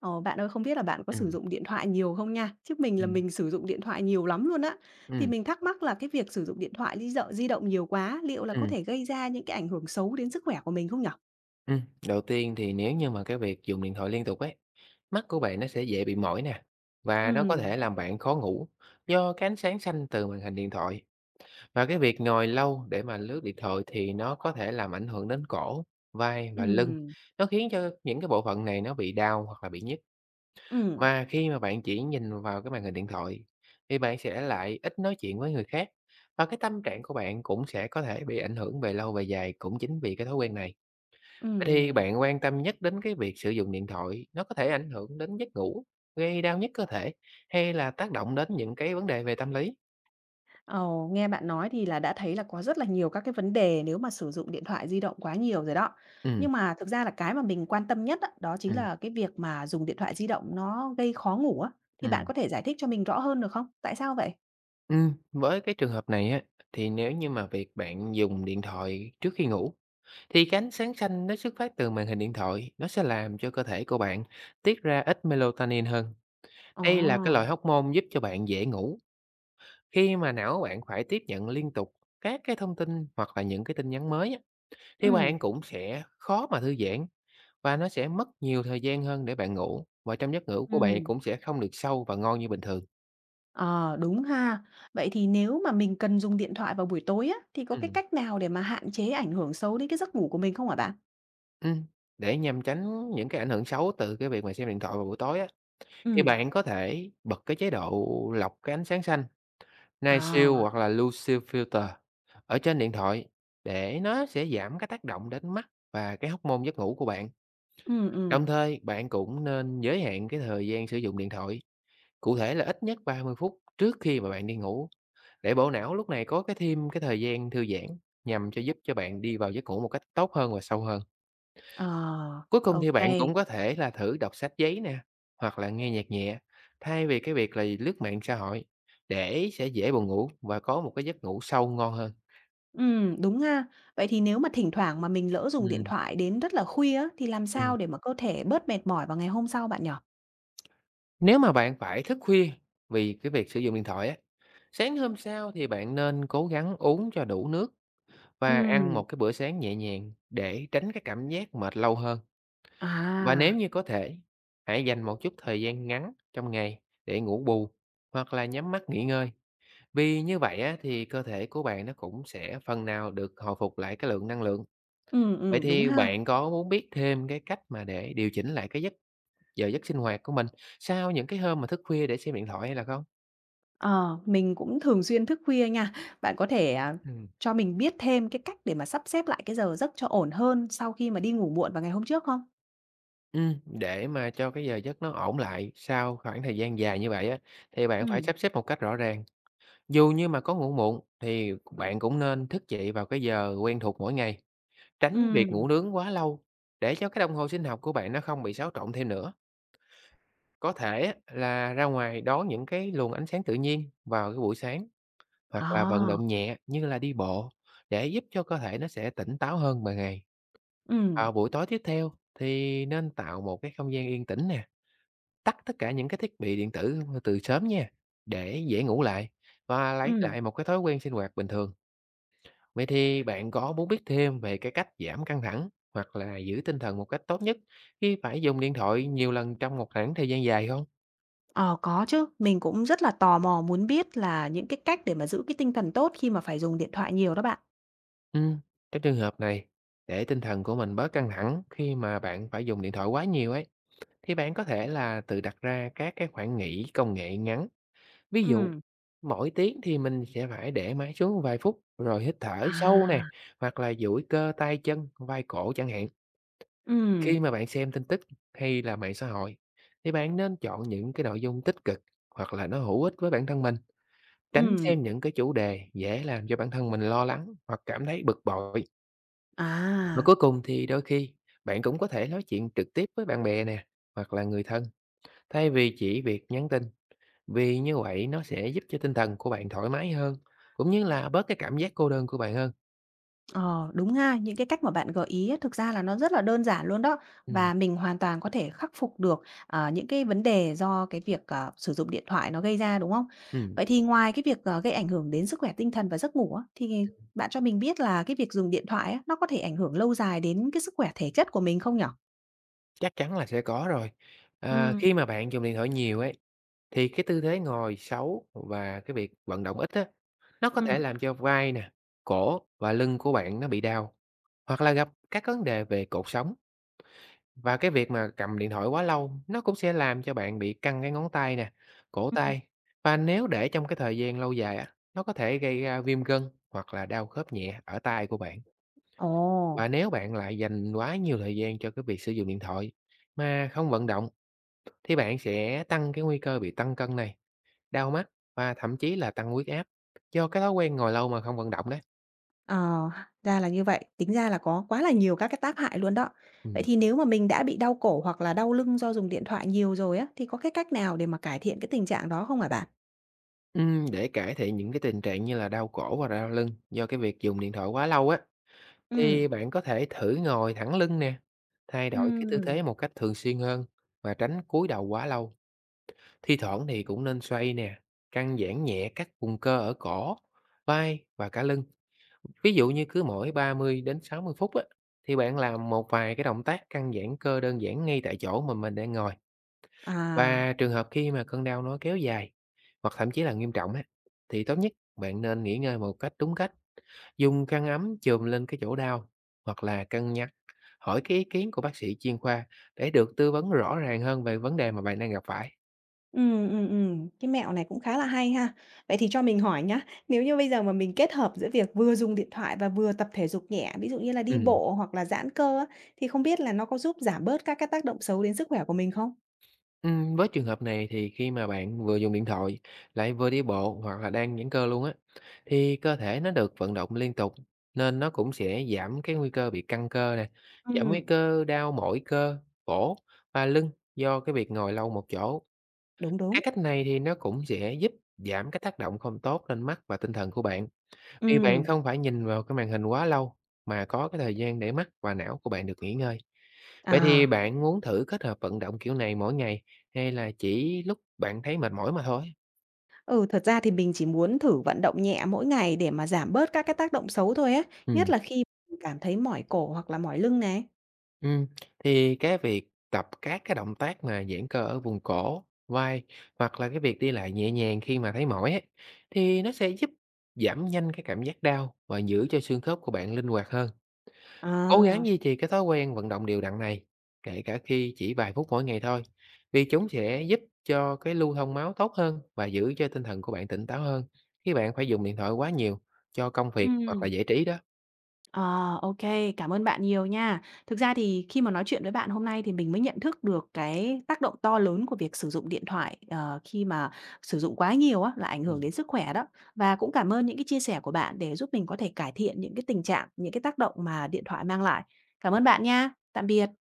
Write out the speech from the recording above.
Ờ, Bạn ơi, không biết là bạn có sử Ừm, dụng điện thoại nhiều không nha? Chứ mình là ừm, mình sử dụng điện thoại nhiều lắm luôn á. Thì ừm, mình thắc mắc là cái việc sử dụng điện thoại di dợ di động nhiều quá, liệu là có ừm, thể gây ra những cái ảnh hưởng xấu đến sức khỏe của mình không nhở? ừm. Đầu tiên thì nếu như mà cái việc dùng điện thoại liên tục ấy, mắt của bạn nó sẽ dễ bị mỏi nè, và nó có Ừm, thể làm bạn khó ngủ do cái ánh sáng xanh từ màn hình điện thoại. Và cái việc ngồi lâu để mà lướt điện thoại thì nó có thể làm ảnh hưởng đến cổ, vai và lưng. ừm, Nó khiến cho những cái bộ phận này nó bị đau hoặc là bị nhức. ừm, Và khi mà bạn chỉ nhìn vào cái màn hình điện thoại thì bạn sẽ lại ít nói chuyện với người khác, và cái tâm trạng của bạn cũng sẽ có thể bị ảnh hưởng về lâu về dài cũng chính vì cái thói quen này. Vậy thì ừm. bạn quan tâm nhất đến cái việc sử dụng điện thoại nó có thể ảnh hưởng đến giấc ngủ, gây đau nhức cơ thể, hay là tác động đến những cái vấn đề về tâm lý? Ồ, nghe bạn nói thì là đã thấy là có rất là nhiều các cái vấn đề nếu mà sử dụng điện thoại di động quá nhiều rồi đó. Ừ, Nhưng mà thực ra là cái mà mình quan tâm nhất á, đó ừ, chính là cái việc mà dùng điện thoại di động nó gây khó ngủ á. Thì ừ. bạn có thể giải thích cho mình rõ hơn được không? Tại sao vậy? Với cái trường hợp này á, thì nếu như mà việc bạn dùng điện thoại trước khi ngủ, thì cái ánh sáng xanh nó xuất phát từ màn hình điện thoại, nó sẽ làm cho cơ thể của bạn tiết ra ít melatonin hơn. Ồ, Đây là cái loại hormone giúp cho bạn dễ ngủ, khi mà não bạn phải tiếp nhận liên tục các cái thông tin hoặc là những cái tin nhắn mới á. Thì ừ. bạn cũng sẽ khó mà thư giãn, và nó sẽ mất nhiều thời gian hơn để bạn ngủ, và trong giấc ngủ của bạn Ừm, cũng sẽ không được sâu và ngon như bình thường. ờ, Đúng ha. Vậy thì nếu mà mình cần dùng điện thoại vào buổi tối á, thì có cái Ừm. cách nào để mà hạn chế ảnh hưởng xấu đến cái giấc ngủ của mình không hả bạn? Ừm, để nhằm tránh những cái ảnh hưởng xấu từ cái việc mà xem điện thoại vào buổi tối á, thì Ừm, bạn có thể bật cái chế độ lọc cái ánh sáng xanh, Night Shield à, hoặc là Blue Shield Filter ở trên điện thoại, để nó sẽ giảm cái tác động đến mắt và cái hormone giấc ngủ của bạn. ừm, Đồng ừm, thời, bạn cũng nên giới hạn cái thời gian sử dụng điện thoại, cụ thể là ít nhất 30 phút trước khi mà bạn đi ngủ. Để bộ não lúc này có cái thêm cái thời gian thư giãn, nhằm cho giúp cho bạn đi vào giấc ngủ một cách tốt hơn và sâu hơn. ờ, Cuối cùng ok thì bạn kê. cũng có thể là thử đọc sách giấy nè, hoặc là nghe nhạc nhẹ, thay vì cái việc là lướt mạng xã hội, để sẽ dễ buồn ngủ và có một cái giấc ngủ sâu ngon hơn. Đúng ha. Vậy thì nếu mà thỉnh thoảng mà mình lỡ dùng điện Ừm, thoại đến rất là khuya á, thì làm ừm. sao để mà cơ thể bớt mệt mỏi vào ngày hôm sau bạn nhỉ? Nếu mà bạn phải thức khuya vì cái việc sử dụng điện thoại á, sáng hôm sau thì bạn nên cố gắng uống cho đủ nước và ăn một Ừm, cái bữa sáng nhẹ nhàng để tránh cái cảm giác mệt lâu hơn. Và nếu à, như có thể, hãy dành một chút thời gian ngắn trong ngày để ngủ bù hoặc là nhắm mắt nghỉ ngơi. Vì như vậy á, thì cơ thể của bạn nó cũng sẽ phần nào được hồi phục lại cái lượng năng lượng. Vậy đúng thì ha. bạn có muốn biết thêm cái cách mà để điều chỉnh lại cái giờ giấc sinh hoạt của mình sau những cái hôm mà thức khuya để xem điện thoại hay là không? Ờ, mình cũng thường xuyên thức khuya nha. Bạn có thể, Ừm. cho mình biết thêm cái cách để mà sắp xếp lại cái giờ giấc cho ổn hơn sau khi mà đi ngủ muộn vào ngày hôm trước không? Để mà cho cái giờ giấc nó ổn lại sau khoảng thời gian dài như vậy á, thì bạn phải Ừm, sắp xếp một cách rõ ràng. Dù như mà có ngủ muộn thì bạn cũng nên thức dậy vào cái giờ quen thuộc mỗi ngày, tránh việc ừm, ngủ nướng quá lâu, để cho cái đồng hồ sinh học của bạn nó không bị xáo trộn thêm nữa. Có thể á, là ra ngoài đón những cái luồng ánh sáng tự nhiên vào cái buổi sáng, hoặc là vận à, động nhẹ như là đi bộ, để giúp cho cơ thể nó sẽ tỉnh táo hơn ban ngày. ừm, Vào buổi tối tiếp theo thì nên tạo một cái không gian yên tĩnh nè, tắt tất cả những cái thiết bị điện tử từ sớm nha, để dễ ngủ lại và lấy ừm. lại một cái thói quen sinh hoạt bình thường. Vậy thì bạn có muốn biết thêm về cái cách giảm căng thẳng hoặc là giữ tinh thần một cách tốt nhất khi phải dùng điện thoại nhiều lần trong một khoảng thời gian dài không? Ờ, có chứ, mình cũng rất là tò mò muốn biết là những cái cách để mà giữ cái tinh thần tốt khi mà phải dùng điện thoại nhiều đó bạn. Ừ, trong trường hợp này, để tinh thần của mình bớt căng thẳng khi mà bạn phải dùng điện thoại quá nhiều ấy, thì bạn có thể là tự đặt ra các cái khoảng nghỉ công nghệ ngắn. Ví dụ, Ừm, mỗi tiếng thì mình sẽ phải để máy xuống vài phút rồi hít thở sâu à, này, hoặc là duỗi cơ tay chân, vai cổ chẳng hạn. ừm, Khi mà bạn xem tin tức hay là mạng xã hội, thì bạn nên chọn những cái nội dung tích cực hoặc là nó hữu ích với bản thân mình, tránh ừm, xem những cái chủ đề dễ làm cho bản thân mình lo lắng hoặc cảm thấy bực bội. Và à. cuối cùng thì đôi khi bạn cũng có thể nói chuyện trực tiếp với bạn bè nè, hoặc là người thân, thay vì chỉ việc nhắn tin, vì như vậy nó sẽ giúp cho tinh thần của bạn thoải mái hơn, cũng như là bớt cái cảm giác cô đơn của bạn hơn. Ờ, Đúng ha, những cái cách mà bạn gợi ý á, thực ra là nó rất là đơn giản luôn đó Ừm, và mình hoàn toàn có thể khắc phục được, những cái vấn đề do cái việc, sử dụng điện thoại nó gây ra, đúng không? ừm. Vậy thì ngoài cái việc, gây ảnh hưởng đến sức khỏe tinh thần và giấc ngủ á, thì bạn cho mình biết là cái việc dùng điện thoại á, nó có thể ảnh hưởng lâu dài đến cái sức khỏe thể chất của mình không nhỉ? Chắc chắn là sẽ có rồi. À, Ừm, khi mà bạn dùng điện thoại nhiều ấy, thì cái tư thế ngồi xấu và cái việc vận động ít á, nó có thể ừm, làm cho vai nè, cổ và lưng của bạn nó bị đau, hoặc là gặp các vấn đề về cột sống. Và cái việc mà cầm điện thoại quá lâu, nó cũng sẽ làm cho bạn bị căng cái ngón tay nè, cổ ừm. tay. Và nếu để trong cái thời gian lâu dài á, nó có thể gây ra viêm gân hoặc là đau khớp nhẹ ở tay của bạn. Ồ. Và nếu bạn lại dành quá nhiều thời gian cho cái việc sử dụng điện thoại mà không vận động, thì bạn sẽ tăng cái nguy cơ bị tăng cân này, đau mắt, và thậm chí là tăng huyết áp do cái thói quen ngồi lâu mà không vận động đấy. Ờ, ra là như vậy, tính ra là có quá là nhiều các cái tác hại luôn đó. Vậy Ừ. thì nếu mà mình đã bị đau cổ hoặc là đau lưng do dùng điện thoại nhiều rồi á, thì có cái cách nào để mà cải thiện cái tình trạng đó không hả bạn? Để cải thiện những cái tình trạng như là đau cổ và đau lưng do cái việc dùng điện thoại quá lâu á, ừ thì bạn có thể thử ngồi thẳng lưng nè, thay đổi cái tư ừ thế một cách thường xuyên hơn, và tránh cúi đầu quá lâu. Thi thoảng thì cũng nên xoay nè, căng giãn nhẹ các vùng cơ ở cổ, vai và cả lưng. Ví dụ như cứ mỗi 30 đến 60 phút á, thì bạn làm một vài cái động tác căng giãn cơ đơn giản ngay tại chỗ mà mình đang ngồi. à, Và trường hợp khi mà cơn đau nó kéo dài hoặc thậm chí là nghiêm trọng á, thì tốt nhất bạn nên nghỉ ngơi một cách đúng cách, dùng khăn ấm chùm lên cái chỗ đau, hoặc là cân nhắc hỏi cái ý kiến của bác sĩ chuyên khoa để được tư vấn rõ ràng hơn về vấn đề mà bạn đang gặp phải. Ừ cái mẹo này cũng khá là hay ha. Vậy thì cho mình hỏi nhá, nếu như bây giờ mà mình kết hợp giữa việc vừa dùng điện thoại và vừa tập thể dục nhẹ, ví dụ như là đi Ừ. bộ hoặc là giãn cơ á, thì không biết là nó có giúp giảm bớt các cái tác động xấu đến sức khỏe của mình không? Với trường hợp này thì khi mà bạn vừa dùng điện thoại, lại vừa đi bộ hoặc là đang giãn cơ luôn á, thì cơ thể nó được vận động liên tục, nên nó cũng sẽ giảm cái nguy cơ bị căng cơ nè, ừ giảm nguy cơ đau mỏi cơ, cổ và lưng do cái việc ngồi lâu một chỗ. Đúng, đúng. Cái cách này thì nó cũng sẽ giúp giảm cái tác động không tốt lên mắt và tinh thần của bạn. Thì bạn ừ không phải nhìn vào cái màn hình quá lâu, mà có cái thời gian để mắt và não của bạn được nghỉ ngơi. Vậy thì à. bạn muốn thử kết hợp vận động kiểu này mỗi ngày hay là chỉ lúc bạn thấy mệt mỏi mà thôi? Ừ, thật ra thì mình chỉ muốn thử vận động nhẹ mỗi ngày để mà giảm bớt các cái tác động xấu thôi á, nhất Ừm. là khi mình cảm thấy mỏi cổ hoặc là mỏi lưng này. Ừm, thì cái việc tập các cái động tác mà giãn cơ ở vùng cổ, vai, hoặc là cái việc đi lại nhẹ nhàng khi mà thấy mỏi ấy, thì nó sẽ giúp giảm nhanh cái cảm giác đau và giữ cho xương khớp của bạn linh hoạt hơn. Cố gắng À. duy trì cái thói quen vận động đều đặn này, kể cả khi chỉ vài phút mỗi ngày thôi, vì chúng sẽ giúp cho cái lưu thông máu tốt hơn và giữ cho tinh thần của bạn tỉnh táo hơn khi bạn phải dùng điện thoại quá nhiều cho công việc hoặc là Ừm, giải trí đó. ờ, ok, cảm ơn bạn nhiều nha. Thực ra thì khi mà nói chuyện với bạn hôm nay thì mình mới nhận thức được cái tác động to lớn của việc sử dụng điện thoại, khi mà sử dụng quá nhiều á, là ảnh hưởng đến sức khỏe đó. Và cũng cảm ơn những cái chia sẻ của bạn để giúp mình có thể cải thiện những cái tình trạng, những cái tác động mà điện thoại mang lại. Cảm ơn bạn nha. Tạm biệt.